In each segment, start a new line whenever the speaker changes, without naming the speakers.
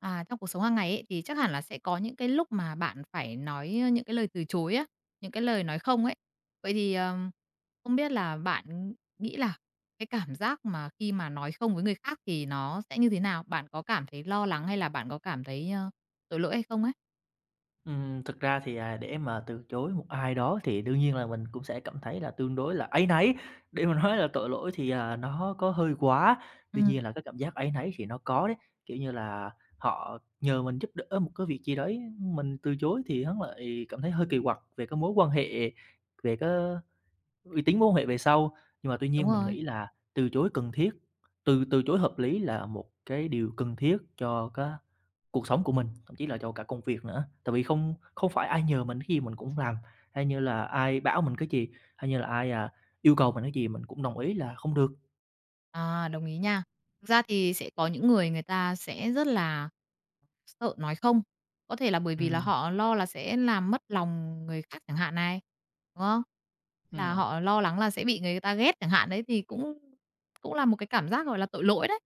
À, trong cuộc sống hàng ngày ấy, thì chắc hẳn là sẽ có những cái lúc mà bạn phải nói, những cái lời từ chối á, những cái lời nói không ấy. Vậy thì, không biết là bạn nghĩ là cái cảm giác mà khi mà nói không với người khác thì nó sẽ như thế nào? Bạn có cảm thấy lo lắng hay là bạn có cảm thấy, tội lỗi hay không ấy?
Thực ra thì, để mà từ chối một ai đó thì đương nhiên là mình cũng sẽ cảm thấy là tương đối là áy náy, để mà nói là tội lỗi thì, nó có hơi quá. Tuy
Ừm,
nhiên là cái cảm giác áy náy thì nó có đấy, kiểu như là, họ nhờ mình giúp đỡ một cái việc gì đấy, mình từ chối thì hắn lại cảm thấy hơi kỳ quặc về cái mối quan hệ, về cái uy tín mối quan hệ về sau. Nhưng mà tuy
đúng
nhiên mình
rồi.
nghĩ là từ chối cần thiết, từ từ chối hợp lý là một cái điều cần thiết cho cái cuộc sống của mình, thậm chí là cho cả công việc nữa. Tại vì không không phải ai nhờ mình cái gì mình cũng làm, hay như là ai bảo mình cái gì, hay như là ai, yêu cầu mình cái gì mình cũng đồng ý là không được.
À, đồng ý nha. Thực ra thì sẽ có những người người ta sẽ rất là sợ nói không, có thể là bởi vì là
Ừm.
họ lo là sẽ làm mất lòng người khác chẳng hạn này, đúng không? Là
Ừm,
họ lo lắng là sẽ bị người ta ghét chẳng hạn đấy, thì cũng cũng là một cái cảm giác, gọi là, tội lỗi đấy,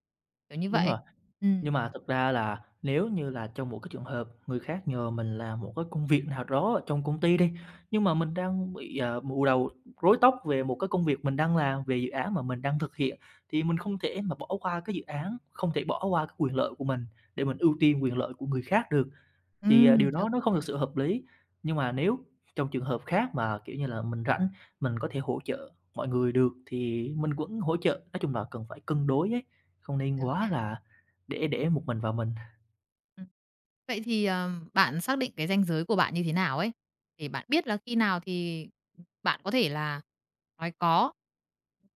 kiểu như
đúng
vậy.
rồi.
Ừ,
Nhưng mà thực ra là nếu như là trong một cái trường hợp người khác nhờ mình làm một cái công việc nào đó ở trong công ty đi, nhưng mà mình đang bị, bù đầu rối tóc về một cái công việc mình đang làm, về dự án mà mình đang thực hiện, thì mình không thể mà bỏ qua cái dự án, không thể bỏ qua cái quyền lợi của mình để mình ưu tiên quyền lợi của người khác được.
ừ,
Thì, điều đó
ok.
nó không thực sự hợp lý, nhưng mà nếu trong trường hợp khác mà, kiểu như là, mình rảnh, mình có thể hỗ trợ mọi người được thì mình vẫn hỗ trợ, nói chung là cần phải cân đối ấy, không nên quá
Ok.
là để một mình vào mình.
Ừm. Vậy thì, bạn xác định cái ranh giới của bạn như thế nào ấy? Để bạn biết là khi nào thì bạn có thể là nói "có",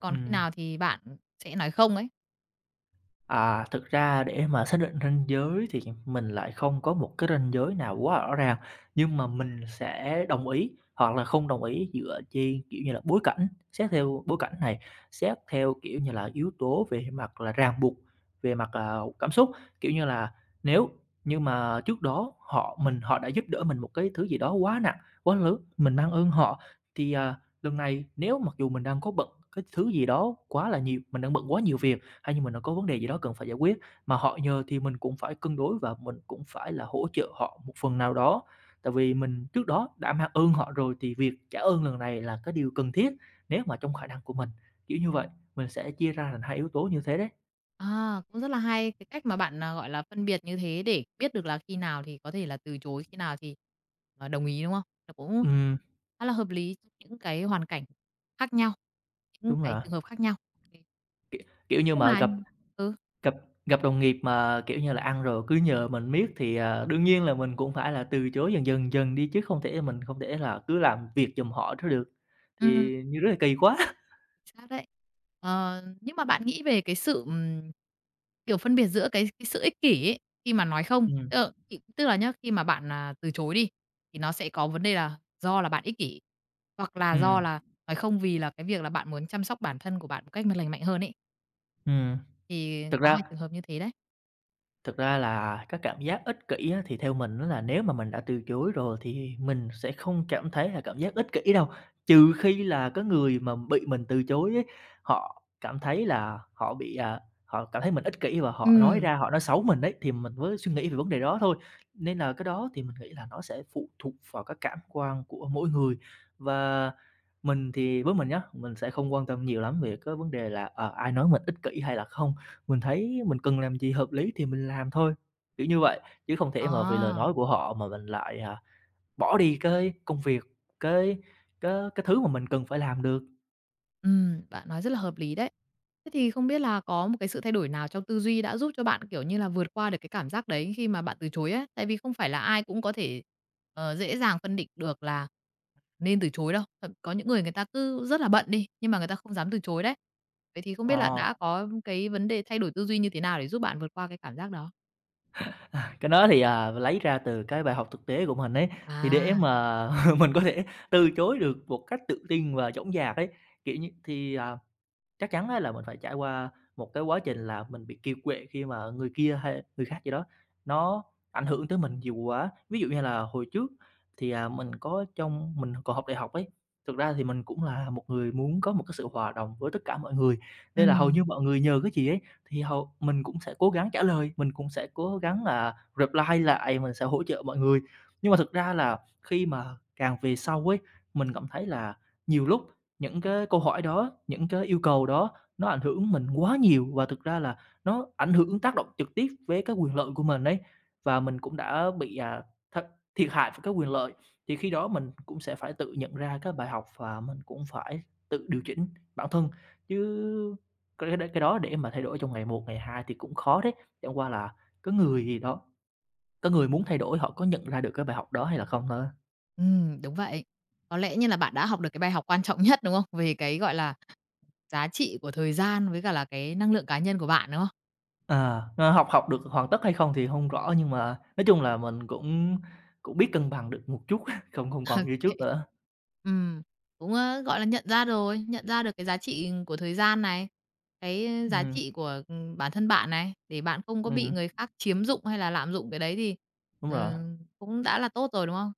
còn khi
Ừm.
nào thì bạn sẽ nói "không" ấy?
À, thực ra để mà xác định ranh giới thì mình lại không có một cái ranh giới nào quá rõ ràng, nhưng mà mình sẽ đồng ý hoặc là không đồng ý dựa trên, kiểu như là, bối cảnh, xét theo bối cảnh này, xét theo, kiểu như là, yếu tố về mặt là ràng buộc, về mặt, cảm xúc. Kiểu như là, nếu như mà trước đó họ đã giúp đỡ mình một cái thứ gì đó quá nặng, quá lớn, mình mang ơn họ, thì, lần này nếu mặc dù mình đang có bận cái thứ gì đó quá là nhiều, mình đang bận quá nhiều việc hay như nó có vấn đề gì đó cần phải giải quyết, mà họ nhờ thì mình cũng phải cân đối và mình cũng phải là hỗ trợ họ một phần nào đó. Tại vì mình trước đó đã mang ơn họ rồi thì việc trả ơn lần này là cái điều cần thiết nếu mà trong khả năng của mình, kiểu như vậy, mình sẽ chia ra thành hai yếu tố như thế đấy.
À, cũng rất là hay cái cách mà bạn, gọi là, phân biệt như thế để biết được là khi nào thì có thể là từ chối, khi nào thì, đồng ý, đúng không? Nó cũng
Ừm,
khá là hợp lý trong những cái hoàn cảnh khác nhau, những
đúng
cái
rồi,
trường hợp khác nhau. Ok.
kiểu như
Nhưng
mà
mà
gặp
ừ,
gặp gặp đồng nghiệp mà, kiểu như là, ăn rồi cứ nhờ mình miết thì, đương nhiên là mình cũng phải là từ chối dần dần dần đi chứ không thể không thể là cứ làm việc giùm họ đó được,
ừm.
thì như rất là kỳ quá.
Xác đấy. Ờ, nhưng mà bạn nghĩ về cái sự, kiểu, phân biệt giữa cái sự ích kỷ ấy, khi mà nói không,
Ừm,
tức là tức là nhá, khi mà bạn từ chối đi, thì nó sẽ có vấn đề là do là bạn ích kỷ, hoặc là do
ừm,
là nói không vì là cái việc là bạn muốn chăm sóc bản thân của bạn một cách mà lành mạnh hơn ấy,
ừm.
thì
Thực
có
ra
hai trường hợp như thế đấy.
thực ra là cái cảm giác ích kỷ á, thì theo mình á là nếu mà mình đã từ chối rồi thì mình sẽ không cảm thấy là cảm giác ích kỷ đâu, trừ khi là cái người mà bị mình từ chối ấy, họ cảm thấy là họ cảm thấy mình ích kỷ và
Ừ.
họ nói xấu mình đấy thì mình mới suy nghĩ về vấn đề đó thôi. Nên là cái đó thì mình nghĩ là nó sẽ phụ thuộc vào các cảm quan của mỗi người. Và mình thì với mình nhá, mình sẽ không quan tâm nhiều lắm về cái vấn đề là, ai nói mình ích kỷ hay là không. Mình thấy mình cần làm gì hợp lý thì mình làm thôi, kiểu như vậy, chứ không thể mà vì lời
Ờ.
nói của họ mà mình lại, bỏ đi cái công việc, cái cái thứ mà mình cần phải làm được.
Bạn nói rất là hợp lý đấy. Thế thì không biết là có một cái sự thay đổi nào trong tư duy đã giúp cho bạn, kiểu như là, vượt qua được cái cảm giác đấy khi mà bạn từ chối ấy? Tại vì không phải là ai cũng có thể, dễ dàng phân định được là nên từ chối đâu. Thậm có những người người ta cứ rất là bận đi, nhưng mà người ta không dám từ chối đấy. Vậy thì không biết là
Ờ,
đã có cái vấn đề thay đổi tư duy như thế nào để giúp bạn vượt qua cái cảm giác đó?
cái đó thì, lấy ra từ cái bài học thực tế của mình ấy, thì
À,
để mà mình có thể từ chối được một cách tự tin và dõng dạc ấy, kiểu như, thì, chắc chắn á là mình phải trải qua một cái quá trình là mình bị kiệt quệ khi mà người kia hay người khác gì đó nó ảnh hưởng tới mình nhiều quá. Ví dụ như là hồi trước thì, mình có trong mình còn học đại học ấy, thực ra thì mình cũng là một người muốn có một cái sự hòa đồng với tất cả mọi người, nên là hầu
ừm,
như mọi người nhờ cái gì ấy thì hầu mình cũng sẽ cố gắng trả lời, mình cũng sẽ cố gắng là reply lại, mình sẽ hỗ trợ mọi người. Nhưng mà thực ra là khi mà càng về sau ấy, mình cảm thấy là nhiều lúc những cái câu hỏi đó, những cái yêu cầu đó nó ảnh hưởng mình quá nhiều và thực ra là nó ảnh hưởng tác động trực tiếp với cái quyền lợi của mình đấy. Và mình cũng đã bị, à, th thiệt hại về các quyền lợi, thì khi đó mình cũng sẽ phải tự nhận ra các bài học và mình cũng phải tự điều chỉnh bản thân, chứ cái đó để mà thay đổi trong ngày một ngày 2 thì cũng khó đấy. Chẳng qua là có người gì đó có người muốn thay đổi họ có nhận ra được cái bài học đó hay là không thôi.
ừm, đúng vậy. Có lẽ như là bạn đã học được cái bài học quan trọng nhất, đúng không? Về cái, gọi là, giá trị của thời gian với cả là cái năng lượng cá nhân của bạn, đúng không?
À, ờ, học học được hoàn tất hay không thì hông rõ, nhưng mà nói chung là mình cũng cũng biết cân bằng được một chút, không không còn như trước nữa.
Ừm, cũng, gọi là, nhận ra rồi, nhận ra được cái giá trị của thời gian này, cái giá
Ừm,
trị của, bản thân bạn này, để bạn không có bị
ừm,
người khác chiếm dụng hay là lạm dụng cái đấy thì,
đúng rồi,
ờ, cũng đã là tốt rồi, đúng không?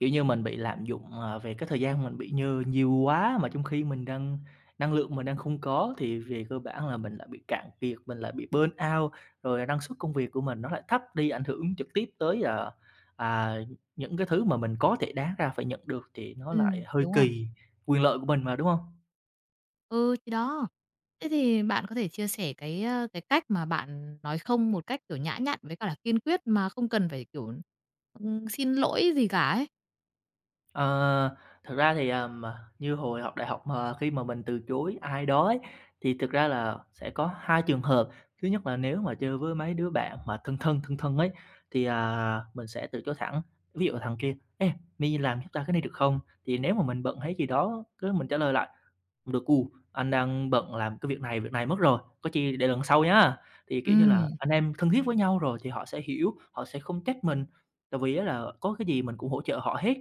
kiểu như,
Ừm.
mình bị lạm dụng, về cái thời gian mình bị như nhiều quá mà trong khi mình đang năng lượng mình đang không có, thì về cơ bản là mình lại bị cạn kiệt, mình lại bị burn out, rồi năng suất công việc của mình nó lại thấp đi, ảnh hưởng trực tiếp tới, à, những cái thứ mà mình có thể đáng ra phải nhận được thì nó lại hơi
Đúng rồi.
kỳ quyền lợi của mình mà, đúng hông?
Ừ, thì đó. Thế thì bạn có thể chia sẻ cái, cách mà bạn nói không một cách, kiểu, nhã nhặn với cả là kiên quyết mà không cần phải, kiểu, xin lỗi gì cả ấy.
Ờ, thực ra thì, như hồi học đại học mà khi mà mình từ chối ai đó ấy, thì thực ra là sẽ có hai trường hợp. Thứ nhất là nếu mà chơi với mấy đứa bạn mà thân thân ấy, thì, mình sẽ từ chối thẳng. Ví dụ là thằng kia: "Ê, mày làm giúp tao cái này được không?" Thì nếu mà mình bận hay gì đó, cái mình trả lời lại: không được cu, anh đang bận làm việc này mất rồi, có chi để lần sau nhá. Thì, kiểu như là,
Thì
anh em thân thiết với nhau rồi thì họ sẽ hiểu, họ sẽ không trách mình, tại vì á là có cái gì mình cũng hỗ trợ họ hết.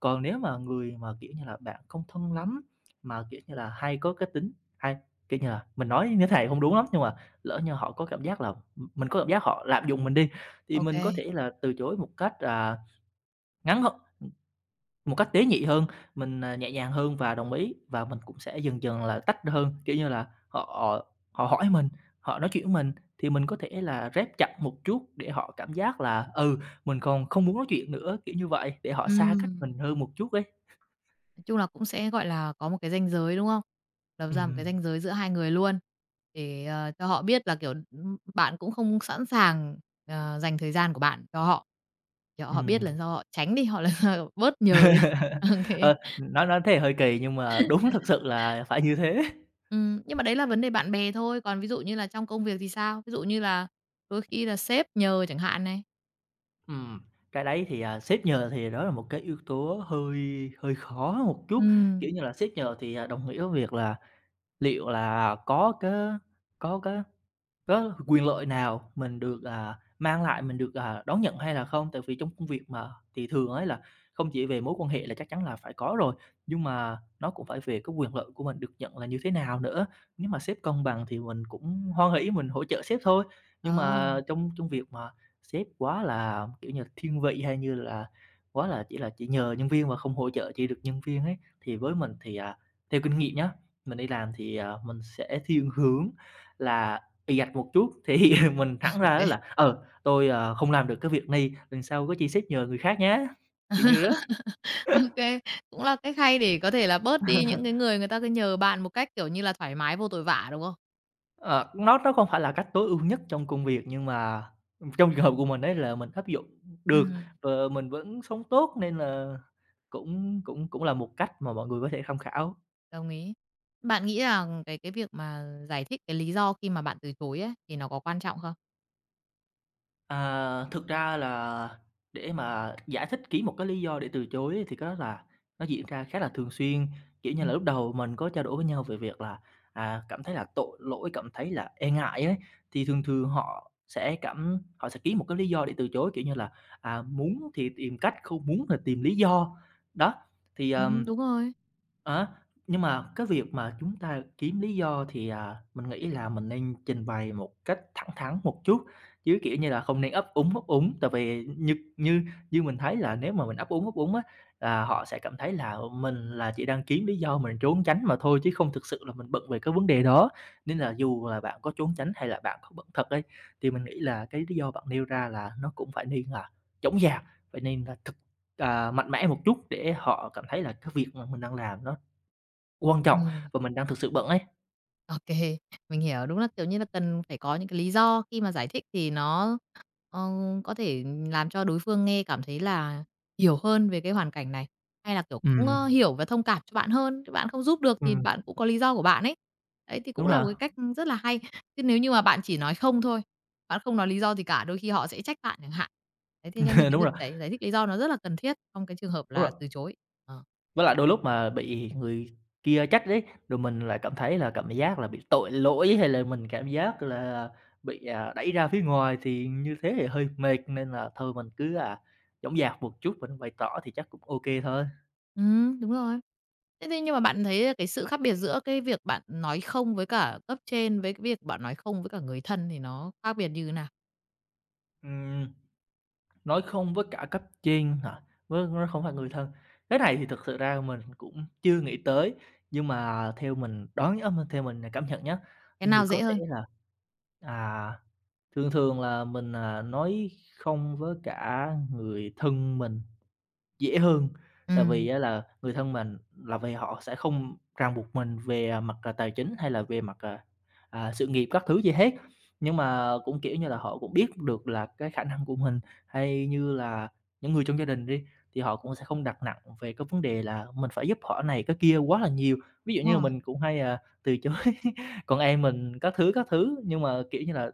Còn nếu mà người mà, kiểu như là, bạn không thân lắm, mà, kiểu như là, hay có cái tính hay, kiểu như là, mình nói như thế này không đúng lắm, nhưng mà lỡ như họ có cảm giác là, mình có cảm giác họ lạm dụng mình đi, thì
ok
mình có thể là từ chối một cách, à, ngắn h một cách tế nhị hơn, mình, nhẹ nhàng hơn và đồng ý, và mình cũng sẽ dần dần là tách hơn. Kiểu như là, họ họ hỏi mình, họ nói chuyện với mình thì mình có thể là rép chặt một chút để họ cảm giác là, ừ, mình còn không muốn nói chuyện nữa, kiểu như vậy, để họ xa cách mình hơn một chút ấy.
nói chung là cũng sẽ, gọi là, có một cái ranh giới, đúng không? Lập ra một cái
Ừm,
ranh giới giữa hai người luôn để, cho họ biết là, kiểu, bạn cũng không sẵn sàng, dành thời gian của bạn cho họ, để họ biết
ừm.
lần sau họ tránh đi, họ lần sau bớt nhờ đi.
Ờ,
Ô.
nói thế hơi kỳ nhưng mà đúng thực sự là phải như thế.
Nhưng mà đấy là vấn đề bạn bè thôi, còn ví dụ như là trong công việc thì sao? Ví dụ như là đôi khi là sếp nhờ chẳng hạn này.
Ừm, cái đấy thì, sếp nhờ thì đó là một cái yếu tố hơi hơi khó một chút. Kiểu
Ừm.
như là, sếp nhờ thì, đồng nghĩa với việc là liệu là có cái có quyền lợi nào mình được, mang lại, mình được, đón nhận hay là không? Tại vì trong công việc mà, thì thường ấy là không chỉ về mối quan hệ là chắc chắn là phải có rồi, nhưng mà nó cũng phải về cái quyền lợi của mình được nhận là như thế nào nữa. Nếu mà sếp công bằng thì mình cũng hoan hỉ mình hỗ trợ sếp thôi, nhưng
Ờ,
mà trong trong việc mà sếp quá là, kiểu như là, thiên vị hay như là quá là chỉ nhờ nhân viên mà không hỗ trợ chỉ được nhân viên ấy, thì với mình thì, theo kinh nghiệm nhá, mình đi làm thì, mình sẽ thiên hướng là ì ạch một chút thì mình thẳng
ô
ra á
kê,
là "Ờ, tôi, không làm được cái việc này, lần sau có chi xếp nhờ người khác nhé, kiểu như đó.
ô kê, cũng là cách hay để có thể là bớt đi những cái người người ta cứ nhờ bạn một cách, kiểu như là, thoải mái vô tội vạ, đúng không?
Ờ, nó không phải là cách tối ưu nhất trong công việc nhưng mà, trong trường hợp của mình đấy là mình áp dụng được,
Ừm,
ờ, mình vẫn sống tốt nên là cũng cũng cũng là một cách mà mọi người có thể tham khảo.
đồng ý. Bạn nghĩ là cái việc mà giải thích cái lý do khi mà bạn từ chối ấy, thì nó có quan trọng không?
À, thực ra là để mà giải thích kỹ một cái lý do để từ chối ấy thì cái đó là nó diễn ra khá là thường xuyên. Kiểu như là,
Ừm.
lúc đầu mình có trao đổi với nhau về việc là, cảm thấy là tội lỗi, cảm thấy là e ngại ấy, thì thường thường họ sẽ ký một cái lý do để từ chối, kiểu như là, muốn thì tìm cách, không muốn là tìm lý do. Đó, thì,
Đúng rồi.
Á, nhưng mà cái việc mà chúng ta kiếm lý do thì, mình nghĩ là mình nên trình bày một cách thẳng thắn một chút, chứ, kiểu như là, không nên ấp úng. Tại vì như như như mình thấy là nếu mà mình ấp úng á, là họ sẽ cảm thấy là mình là chỉ đang kiếm lý do mình trốn tránh mà thôi, chứ không thực sự là mình bận về cái vấn đề đó. Nên là dù là bạn có trốn tránh hay là bạn có bận thật đi, thì mình nghĩ là cái lý do bạn nêu ra là nó cũng phải nên là chõng dạc, phải nên là mạnh mẽ một chút để họ cảm thấy là cái việc mà mình đang làm nó quan trọng
Ừm.
và mình đang thực sự bận ấy.
OK, mình hiểu. Đúng là, kiểu như là, cần phải có những cái lý do khi mà giải thích thì nó, ờ, có thể làm cho đối phương nghe cảm thấy là hiểu hơn về cái hoàn cảnh này, hay là, kiểu, cũng,
Ừm,
hiểu và thông cảm cho bạn hơn. Chứ bạn không giúp được thì
Ừm.
bạn cũng có lý do của bạn ấy. Đấy, thì cũng
Đúng
là
rồi,
một cái cách rất là hay. Chứ nếu như mà bạn chỉ nói không thôi, bạn không nói lý do gì cả, đôi khi họ sẽ trách bạn chẳng hạn. Đấy, thế cho nên cái
đúng
việc
rồi,
giải giải thích lý do nó rất là cần thiết trong cái trường hợp
đúng rồi.
là từ chối. Ờ.
Với lại đôi lúc mà bị người kia trách đấy rồi mình lại cảm thấy là cảm giác là bị tội lỗi hay là mình cảm giác là bị, đẩy ra phía ngoài thì như thế thì hơi mệt, nên là thôi mình cứ, dõng dạc một chút, mình bày tỏ thì chắc cũng ok thôi.
Đúng rồi. Thế thế nhưng mà bạn thấy cái sự khác biệt giữa cái việc bạn nói không với cả cấp trên, với cái việc bạn nói không với cả người thân thì nó khác biệt như thế nào?
Ừm. Nói không với cả cấp trên hả? Với nó không phải người thân. Cái này thì thực sự ra mình cũng chưa nghĩ tới, nhưng mà theo mình đoán nhá, theo mình cảm nhận nhá,
Cái
thì
nào
có
dễ
thể
hơn?
là, à, thường thường là mình, nói không với cả người thân mình dễ hơn,
Ừ,
tại vì á là người thân mình là vì họ sẽ không ràng buộc mình về, mặt, tài chính hay là về mặt, sự nghiệp các thứ gì hết. Nhưng mà cũng, kiểu như là, họ cũng biết được là cái khả năng của mình, hay như là những người trong gia đình đi, thì họ cũng sẽ không đặt nặng về cái vấn đề là mình phải giúp họ này cái kia quá là nhiều. Ví dụ như
đúng
là
rồi.
mình cũng hay, từ chối con em mình các thứ, nhưng mà, kiểu như là,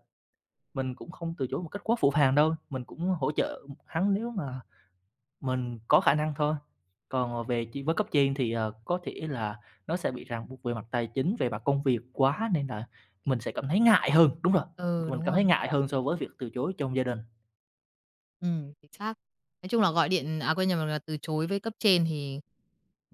mình cũng không từ chối một cách quá phũ phàng đâu, mình cũng hỗ trợ hắn nếu mà mình có khả năng thôi, còn, về chi với cấp trên thì, có thể là nó sẽ bị ràng buộc về mặt tài chính, về mặt công việc quá nên là mình sẽ cảm thấy ngại hơn, đúng rồi,
Ừ,
mình
đúng
cảm thấy
rồi.
ngại hơn so với việc từ chối trong gia đình.
Ừ, chính xác. Nói chung là gọi điện à, quên nhầm, là từ chối với cấp trên thì,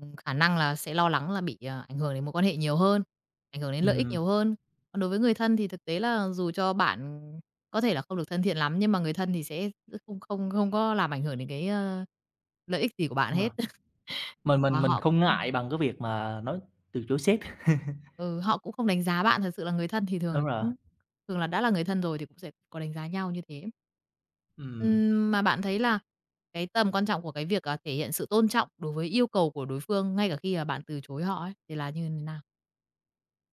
khả năng là sẽ lo lắng là bị ảnh hưởng đến mối quan hệ nhiều hơn, ảnh hưởng đến lợi ích
Ừm,
nhiều hơn. Còn đối với người thân thì thực tế là dù cho bạn có thể là không được thân thiện lắm, nhưng mà người thân thì sẽ không không không có làm ảnh hưởng đến cái, lợi ích gì của bạn
đúng rồi,
hết,
mình
và
mình mình
họ,
không ngại bằng cái việc mà nói từ chối sếp,
ừ, họ cũng không đánh giá bạn, thật sự là người thân thì thường
đúng
là
rồi,
cũng thường là đã là người thân rồi thì cũng sẽ có đánh giá nhau như thế.
ừm,
Mà bạn thấy là cái tầm quan trọng của cái việc thể hiện sự tôn trọng đối với yêu cầu của đối phương ngay cả khi là bạn từ chối họ ấy, thì là như thế nào?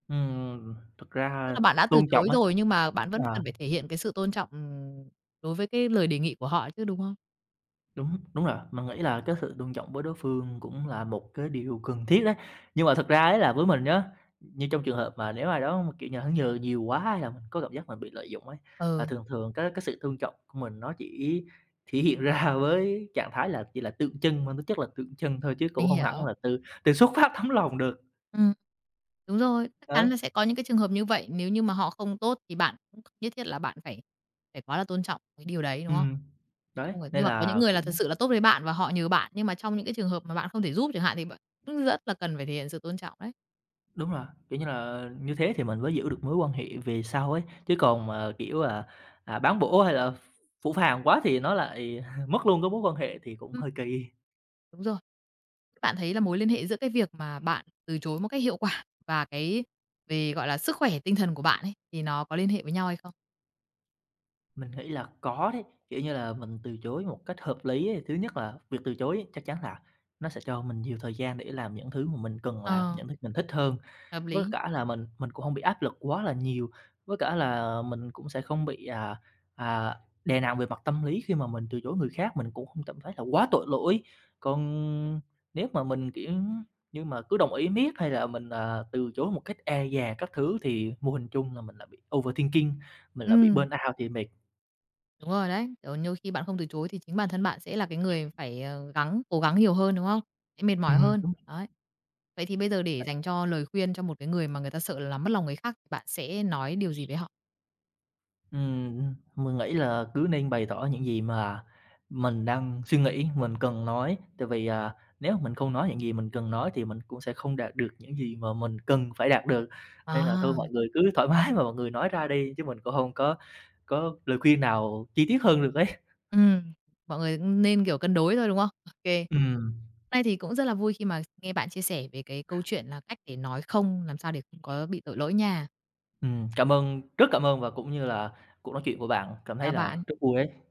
thực
Tức
ra
là bạn đã từ
tôn trọng
chối
ấy,
rồi nhưng mà bạn vẫn cần
ờ.
phải thể hiện cái sự tôn trọng, đối với cái lời đề nghị của họ chứ, đúng không?
Đúng, đúng rồi, mình nghĩ là cái sự tôn trọng với đối phương cũng là một cái điều cần thiết đấy. Nhưng mà thật ra ấy là với mình nhá, như trong trường hợp mà nếu ai đó mà, kiểu như, là hắn nhờ nhiều quá hay là mình có cảm giác mình bị lợi dụng ấy, là
Ừ,
thường thường cái sự tôn trọng của mình nó chỉ thể hiện ra với trạng thái là chỉ là tượng trưng, mang tính chất là tượng trưng thôi chứ cũng
mình
không hẳn
hiểu.
là từ từ xuất phát tấm lòng được.
Ừm, đúng rồi, chắc
Đấy,
chắn là sẽ có những cái trường hợp như vậy, nếu như mà họ không tốt thì bạn cũng không nhất thiết là bạn phải phải quá là tôn trọng cái điều đấy, đúng không?
ừm, đấy,
Không phải nhưng
nên
mà có những
là
người là thật
cũng
sự là tốt với bạn và họ nhờ bạn, nhưng mà trong những cái trường hợp mà bạn không thể giúp chẳng hạn thì bạn cũng rất là cần phải thể hiện sự tôn trọng đấy.
đúng rồi, kiểu như là, như thế thì mình mới giữ được mối quan hệ về sau ấy, chứ còn mà, kiểu, là bán bổ hay là phũ phàng quá thì nó lại mất luôn cái mối quan hệ thì cũng
Ừm,
hơi kỳ.
đúng rồi. Thế bạn thấy là mối liên hệ giữa cái việc mà bạn từ chối một cách hiệu quả và cái về, gọi là, sức khỏe tinh thần của bạn ấy, thì nó có liên hệ với nhau hay không?
Mình nghĩ là có đấy, kiểu như là, mình từ chối một cách hợp lý ấy. Thứ nhất là việc từ chối ấy, chắc chắn là nó sẽ cho mình nhiều thời gian để làm những thứ mà mình cần làm,
Ờ,
những thứ mình thích hơn.
hợp
Với
lý.
cả là mình cũng không bị áp lực quá là nhiều, với cả là mình cũng sẽ không bị, à, đè nặng về mặt tâm lý khi mà mình từ chối người khác, mình cũng không cảm thấy là quá tội lỗi. Còn nếu mà mình, kiểu, như mà cứ đồng ý miết hay là mình, từ chối một cách e dè các thứ thì mô hình chung là mình là bị overthinking, mình là bị
Ừm,
burnout thì mệt.
đúng rồi đấy. Kiểu, nhiều khi bạn không từ chối thì chính bản thân bạn sẽ là cái người phải, ờ, gắng cố gắng nhiều hơn, đúng không? Sẽ mệt mỏi hơn,
Ừm.
đấy. Vậy thì bây giờ để dành cho lời khuyên cho một cái người mà người ta sợ là làm mất lòng người khác, thì bạn sẽ nói điều gì với họ?
Ừm, mình nghĩ là cứ nên bày tỏ những gì mà mình đang suy nghĩ, mình cần nói, tại vì, nếu mình không nói những gì mình cần nói thì mình cũng sẽ không đạt được những gì mà mình cần phải đạt được. Nên là thôi
À,
mọi người cứ thoải mái mà mọi người nói ra đi, chứ mình cũng không có lời khuyên nào chi tiết hơn được đấy.
ừm, mọi người cũng nên, kiểu, cân đối thôi, đúng không? Ok, kê.
Ừm,
Nay thì cũng rất là vui khi mà nghe bạn chia sẻ về cái câu chuyện là cách để nói không, làm sao để không có bị tội lỗi nha.
cảm ơn rất cảm ơn và cũng như là cuộc nói chuyện của bạn, cảm thấy
Chào
là
bạn.
rất vui đấy.